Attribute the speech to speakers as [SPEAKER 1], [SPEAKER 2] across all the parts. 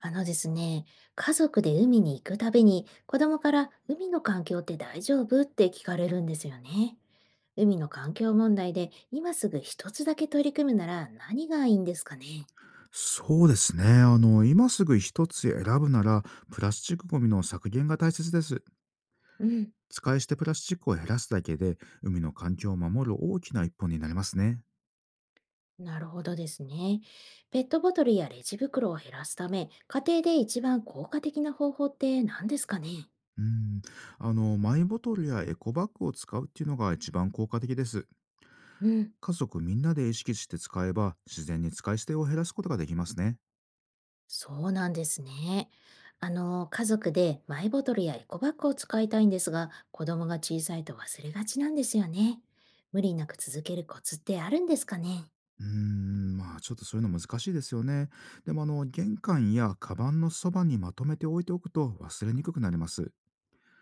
[SPEAKER 1] あのですね、家族で海に行くたびに子供から海の環境って大丈夫って聞かれるんですよね。海の環境問題で今すぐ一つだけ取り組むなら何がいいんですかね。
[SPEAKER 2] そうですね。今すぐ一つ選ぶなら、プラスチックごみの削減が大切です。
[SPEAKER 1] うん。
[SPEAKER 2] 使い捨てプラスチックを減らすだけで、海の環境を守る大きな一歩になりますね。
[SPEAKER 1] なるほどですね。ペットボトルやレジ袋を減らすため、家庭で一番効果的な方法って何ですかね。
[SPEAKER 2] うん。マイボトルやエコバッグを使うっていうのが一番効果的です。
[SPEAKER 1] うん。
[SPEAKER 2] 家族みんなで意識して使えば、自然に使い捨てを減らすことができますね。
[SPEAKER 1] そうなんですね。家族でマイボトルやエコバッグを使いたいんですが、子供が小さいと忘れがちなんですよね。無理なく続けるコツってあるんですかね。
[SPEAKER 2] うーん、まあちょっとそういうの難しいですよね。でも玄関やカバンのそばにまとめて置いておくと忘れにくくなります。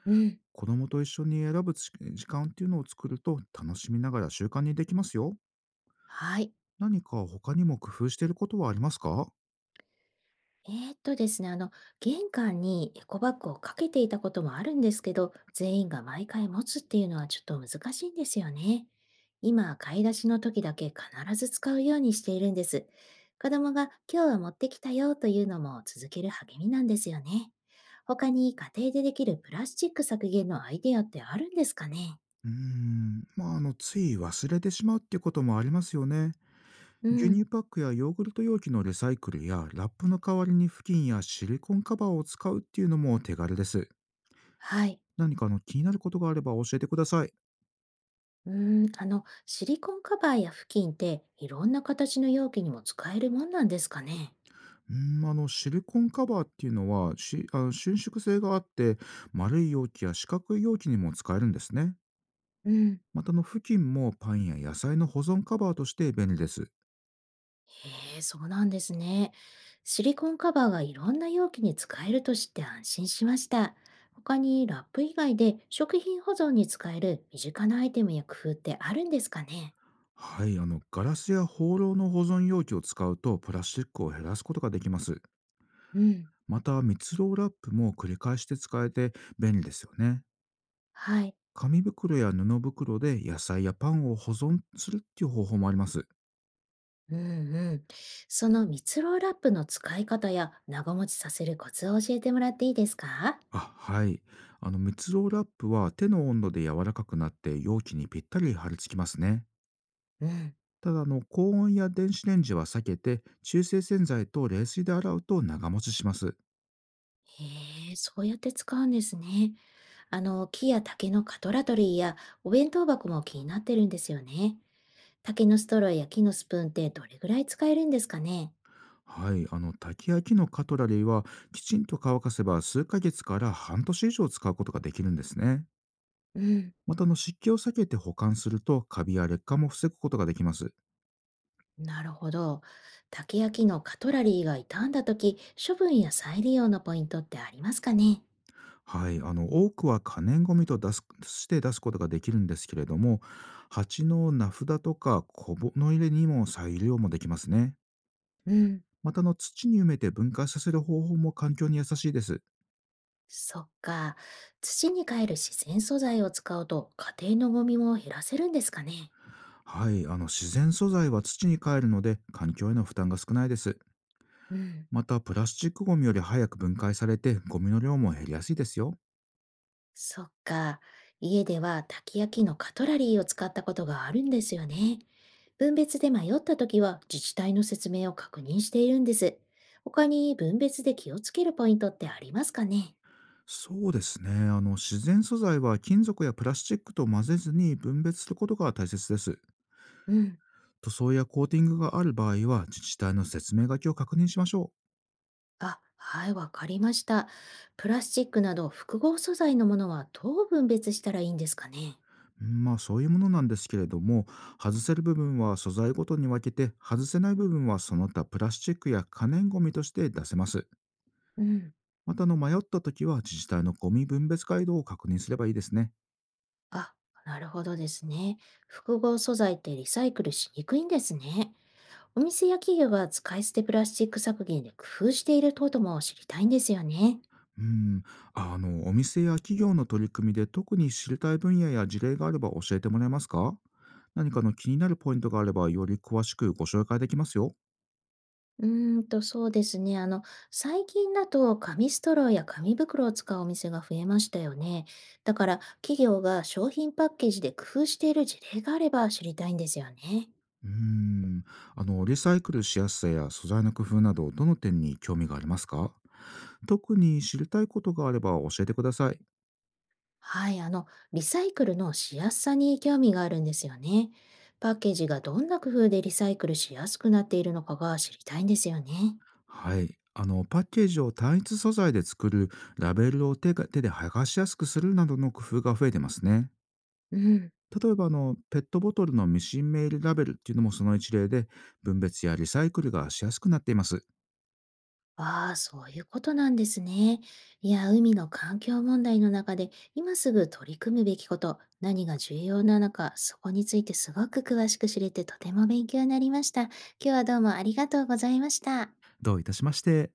[SPEAKER 1] うん。
[SPEAKER 2] 子供と一緒に選ぶ時間っていうのを作ると楽しみながら習慣にできますよ。
[SPEAKER 1] はい。
[SPEAKER 2] 何か他にも工夫していることはありますか？
[SPEAKER 1] ですね、あの、玄関にエコバッグをかけていたこともあるんですけど、全員が毎回持つっていうのはちょっと難しいんですよね。今、買い出しの時だけ必ず使うようにしているんです。子供が今日は持ってきたよというのも続ける励みなんですよね。他に家庭でできるプラスチック削減のアイデアってあるんですかね。
[SPEAKER 2] うーん、まあ、つい忘れてしまうっていうこともありますよね。
[SPEAKER 1] う
[SPEAKER 2] 牛
[SPEAKER 1] ん。
[SPEAKER 2] 乳パックやヨーグルト容器のリサイクルやラップの代わりに布巾やシリコンカバーを使うっていうのも手軽です。
[SPEAKER 1] はい。
[SPEAKER 2] 何か気になることがあれば教えてください。
[SPEAKER 1] シリコンカバーや布巾っていろんな形の容器にも使えるもんなんですかね。
[SPEAKER 2] うーん、シリコンカバーっていうのはしあの伸縮性があって丸い容器や四角い容器にも使えるんですね。
[SPEAKER 1] うん。
[SPEAKER 2] また付近もパンや野菜の保存カバーとして便利です。
[SPEAKER 1] へえ、そうなんですね。シリコンカバーがいろんな容器に使えると知って安心しました。他にラップ以外で食品保存に使える身近なアイテムや工夫ってあるんですかね。
[SPEAKER 2] はい、ガラスや放浪の保存容器を使うとプラスチックを減らすことができます。
[SPEAKER 1] うん。
[SPEAKER 2] また密漏ラップも繰り返して使えて便利ですよね。
[SPEAKER 1] はい。
[SPEAKER 2] 紙袋や布袋で野菜やパンを保存するっていう方法もあります。
[SPEAKER 1] うんうん。その蜜ろうラップの使い方や長持ちさせるコツを教えてもらっていいですか。
[SPEAKER 2] あ、はい。密漏ラップは手の温度で柔らかくなって容器にぴったり貼り付きますね。
[SPEAKER 1] うん。
[SPEAKER 2] ただ高温や電子レンジは避けて中性洗剤と冷水で洗うと長持ちします。
[SPEAKER 1] へえ、そうやって使うんですね。木や竹のカトラトリーやお弁当箱も気になってるんですよね。竹のストローや木のスプーンってどれぐらい使えるんですかね。
[SPEAKER 2] はい、炊き焼きのカトラリーはきちんと乾かせば数ヶ月から半年以上使うことができるんですね。
[SPEAKER 1] うん。
[SPEAKER 2] また湿気を避けて保管するとカビや劣化も防ぐことができます。
[SPEAKER 1] なるほど。竹や木のカトラリーが傷んだ時、処分や再利用のポイントってありますかね。
[SPEAKER 2] はい、多くは可燃ごみと出すして出すことができるんですけれども、鉢の名札とか小物入れにも再利用もできますね。
[SPEAKER 1] うん。
[SPEAKER 2] また土に埋めて分解させる方法も環境に優しいです。
[SPEAKER 1] そっか。土に還る自然素材を使うと家庭のゴミも減らせるんですかね。
[SPEAKER 2] はい、自然素材は土に帰るので環境への負担が少ないです。
[SPEAKER 1] うん。
[SPEAKER 2] また、プラスチックゴミより早く分解されて、ゴミの量も減りやすいですよ。
[SPEAKER 1] そっか。家ではたき焼きのカトラリーを使ったことがあるんですよね。分別で迷ったときは自治体の説明を確認しているんです。他に分別で気をつけるポイントってありますかね。
[SPEAKER 2] そうですね。自然素材は金属やプラスチックと混ぜずに分別することが大切です。
[SPEAKER 1] うん。
[SPEAKER 2] 塗装やコーティングがある場合は、自治体の説明書きを確認しましょ
[SPEAKER 1] あ、はい、わかりました。プラスチックなど複合素材のものはどう分別したらいいんですかね。
[SPEAKER 2] う。うんまあ、そういうものなんですけれども、外せる部分は素材ごとに分けて、外せない部分はその他プラスチックや可燃ゴミとして出せます。
[SPEAKER 1] うん。
[SPEAKER 2] また、迷った時は自治体のゴミ分別ガイドを確認すればいいですね。
[SPEAKER 1] あ、なるほどですね。複合素材ってリサイクルしにくいんですね。お店や企業が使い捨てプラスチック削減で工夫していることも知りたいんですよね。
[SPEAKER 2] うん、お店や企業の取り組みで特に知りたい分野や事例があれば教えてもらえますか？何かの気になるポイントがあればより詳しくご紹介できますよ。
[SPEAKER 1] そうですね。最近だと紙ストローや紙袋を使うお店が増えましたよね。だから、企業が商品パッケージで工夫している事例があれば知りたいんですよね。
[SPEAKER 2] うん、リサイクルしやすさや素材の工夫など、どの点に興味がありますか？特に知りたいことがあれば教えてください。
[SPEAKER 1] はい、リサイクルのしやすさに興味があるんですよね。パッケージがどんな工夫でリサイクルしやすくなっているのかが知りたいんですよね。
[SPEAKER 2] はい。パッケージを単一素材で作る、ラベルを手で剥がしやすくするなどの工夫が増えてますね。
[SPEAKER 1] うん。
[SPEAKER 2] 例えばペットボトルのミシンメールラベルっていうのもその一例で、分別やリサイクルがしやすくなっています。
[SPEAKER 1] ああ、そういうことなんですね。いや、海の環境問題の中で、今すぐ取り組むべきこと、何が重要なのか、そこについてすごく詳しく知れてとても勉強になりました。今日はどうもありがとうございました。
[SPEAKER 2] どういたしまして。